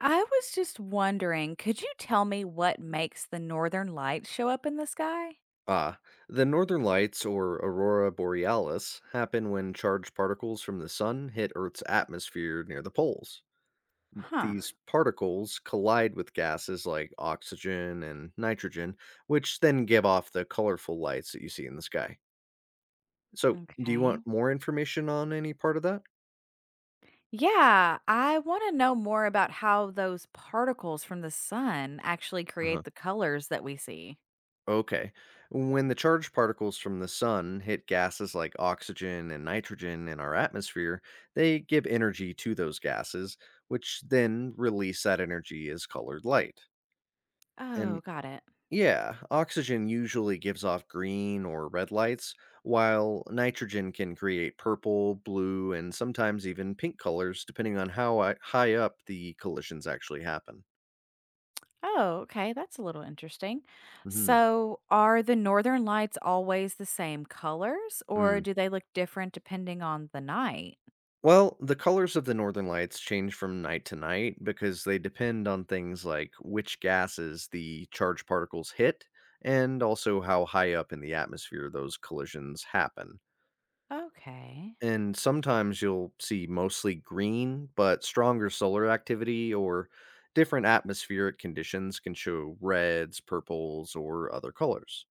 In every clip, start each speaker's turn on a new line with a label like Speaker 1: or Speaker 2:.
Speaker 1: I was just wondering, could you tell me what makes the northern lights show up in the sky?
Speaker 2: Ah, the northern lights, or aurora borealis, happen when charged particles from the sun hit Earth's atmosphere near the poles.
Speaker 1: Huh.
Speaker 2: These particles collide with gases like oxygen and nitrogen, which then give off the colorful lights that you see in the sky. So, do you
Speaker 1: Okay.
Speaker 2: want more information on any part of that?
Speaker 1: Yeah, I want to know more about how those particles from the sun actually
Speaker 2: Uh-huh.
Speaker 1: create the colors that we see.
Speaker 2: Okay. When the charged particles from the sun hit gases like oxygen and nitrogen in our atmosphere, they give energy to those gases, which then release that energy as colored light. And
Speaker 1: Oh, got it.
Speaker 2: yeah, oxygen usually gives off green or red lights, while nitrogen can create purple, blue, and sometimes even pink colors, depending on how high up the collisions actually happen.
Speaker 1: Oh, okay. That's a little interesting.
Speaker 2: Mm-hmm.
Speaker 1: So, are the northern lights always the same colors, or
Speaker 2: Hmm.
Speaker 1: do they look different depending on the night?
Speaker 2: Well, the colors of the northern lights change from night to night because they depend on things like which gases the charged particles hit, and also how high up in the atmosphere those collisions happen.
Speaker 1: Okay.
Speaker 2: And sometimes you'll see mostly green, but stronger solar activity or different atmospheric conditions can show reds, purples, or other colors.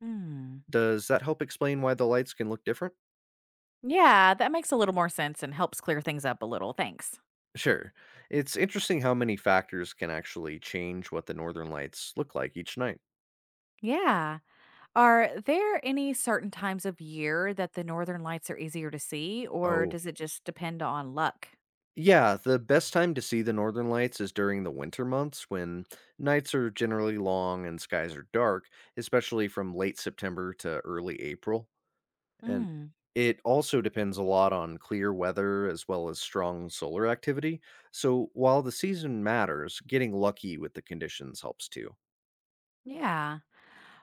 Speaker 1: Hmm.
Speaker 2: Does that help explain why the lights can look different?
Speaker 1: Yeah, that makes a little more sense and helps clear things up a little. Thanks.
Speaker 2: Sure. It's interesting how many factors can actually change what the northern lights look like each night.
Speaker 1: Yeah. Are there any certain times of year that the northern lights are easier to see, or
Speaker 2: Oh,
Speaker 1: does it just depend on luck?
Speaker 2: yeah, the best time to see the northern lights is during the winter months when nights are generally long and skies are dark, especially from late September to early April. And
Speaker 1: Mm,
Speaker 2: it also depends a lot on clear weather as well as strong solar activity. So while the season matters, getting lucky with the conditions helps too.
Speaker 1: yeah.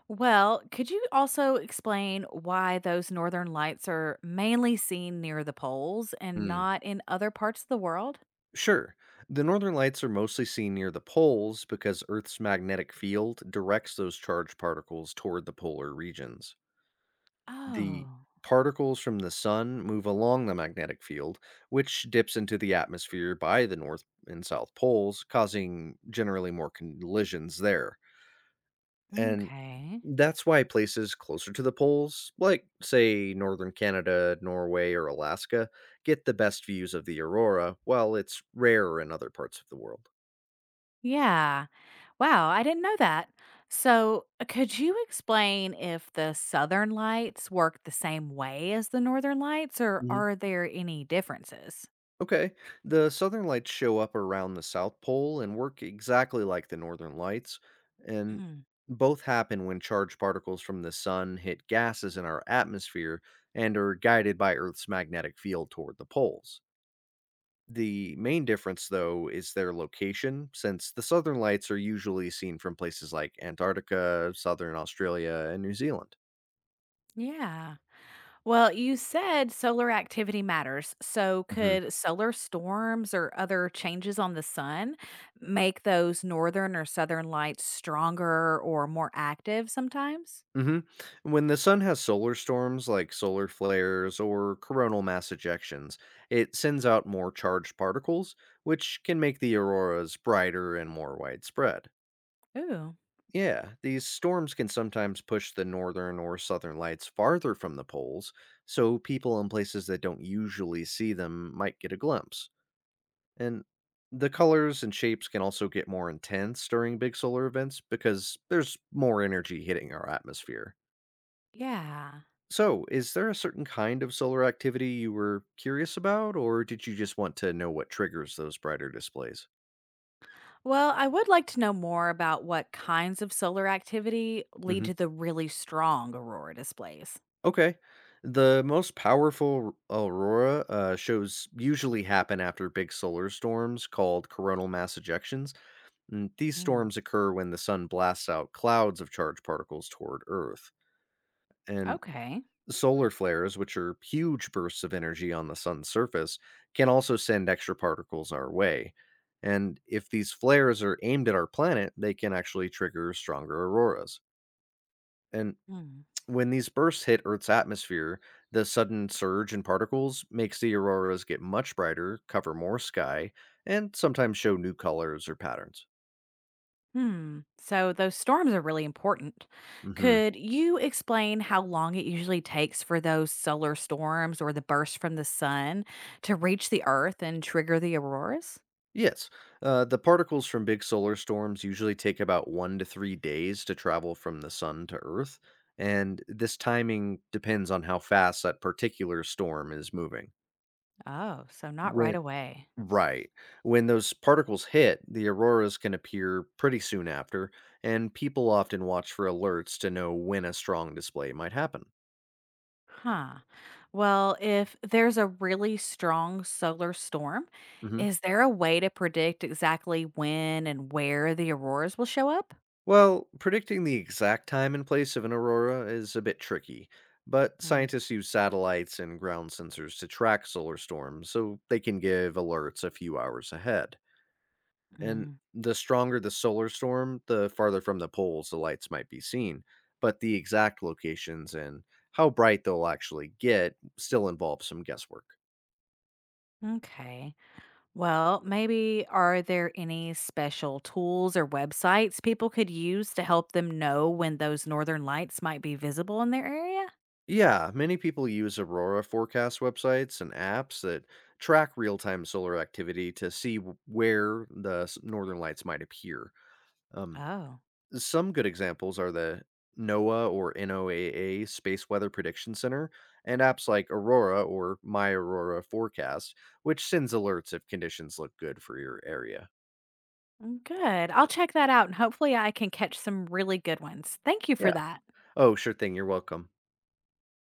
Speaker 1: Well, could you also explain why those northern lights are mainly seen near the poles and not in other parts of the world?
Speaker 2: Sure. The northern lights are mostly seen near the poles because Earth's magnetic field directs those charged particles toward the polar regions. The
Speaker 1: Oh,
Speaker 2: particles from the sun move along the magnetic field, which dips into the atmosphere by the north and south poles, causing generally more collisions there. And
Speaker 1: okay.
Speaker 2: that's why places closer to the poles, like, say, northern Canada, Norway, or Alaska, get the best views of the aurora, while it's rarer in other parts of the world.
Speaker 1: Yeah. Wow, I didn't know that. So, could you explain if the Southern Lights work the same way as the Northern Lights, or
Speaker 2: Mhm.
Speaker 1: are there any differences?
Speaker 2: Okay. The southern lights show up around the South Pole and work exactly like the northern lights, and
Speaker 1: Mm,
Speaker 2: both happen when charged particles from the sun hit gases in our atmosphere and are guided by Earth's magnetic field toward the poles. The main difference, though, is their location, since the southern lights are usually seen from places like Antarctica, southern Australia, and New Zealand.
Speaker 1: yeah. Well, you said solar activity matters. So, could solar storms or other changes on the sun make those Northern or Southern Lights stronger or more active sometimes?
Speaker 2: Mhm. When the sun has solar storms like solar flares or coronal mass ejections, it sends out more charged particles, which can make the auroras brighter and more widespread.
Speaker 1: Ooh,
Speaker 2: Yeah, these storms can sometimes push the northern or southern lights farther from the poles, so people in places that don't usually see them might get a glimpse. And the colors and shapes can also get more intense during big solar events because there's more energy hitting our atmosphere.
Speaker 1: yeah.
Speaker 2: So, is there a certain kind of solar activity you were curious about, or did you just want to know what triggers those brighter displays?
Speaker 1: Well, I would like to know more about what kinds of solar activity lead
Speaker 2: Hmm.
Speaker 1: to the really strong aurora displays.
Speaker 2: Okay. The most powerful aurora shows usually happen after big solar storms called coronal mass ejections. And these
Speaker 1: Mm,
Speaker 2: storms occur when the sun blasts out clouds of charged particles toward Earth. And
Speaker 1: okay.
Speaker 2: solar flares, which are huge bursts of energy on the sun's surface, can also send extra particles our way. And if these flares are aimed at our planet, they can actually trigger stronger auroras. And
Speaker 1: Hmm.
Speaker 2: when these bursts hit Earth's atmosphere, the sudden surge in particles makes the auroras get much brighter, cover more sky, and sometimes show new colors or patterns.
Speaker 1: Hmm. So those storms are really important.
Speaker 2: Mhm.
Speaker 1: Could you explain how long it usually takes for those solar storms or the burst from the sun to reach the earth and trigger the auroras?
Speaker 2: Yes, the particles from big solar storms usually take about 1 to 3 days to travel from the sun to Earth, and this timing depends on how fast that particular storm is moving.
Speaker 1: Oh, so not right
Speaker 2: When
Speaker 1: away.
Speaker 2: Right, when those particles hit, the auroras can appear pretty soon after, and people often watch for alerts to know when a strong display might happen.
Speaker 1: Huh. Well, if there's a really strong solar storm,
Speaker 2: Mm-hmm.
Speaker 1: is there a way to predict exactly when and where the auroras will show up?
Speaker 2: Well, predicting the exact time and place of an aurora is a bit tricky, but
Speaker 1: Mm,
Speaker 2: scientists use satellites and ground sensors to track solar storms so they can give alerts a few hours ahead. And
Speaker 1: mm,
Speaker 2: the stronger the solar storm, the farther from the poles the lights might be seen, but the exact locations and how bright they'll actually get still involves some guesswork.
Speaker 1: okay. Well, maybe are there any special tools or websites people could use to help them know when those northern lights might be visible in their area?
Speaker 2: Yeah, many people use aurora forecast websites and apps that track real time solar activity to see northern lights might appear. Um,
Speaker 1: Oh,
Speaker 2: some good examples are the NOAA or NOAA Space Weather Prediction Center and apps like Aurora or My Aurora Forecast, which sends alerts if conditions look good for your area.
Speaker 1: mm, good. I'll check that out and hopefully I can catch some really good ones. Thank you for
Speaker 2: Yeah.
Speaker 1: that.
Speaker 2: Oh, sure thing. You're welcome.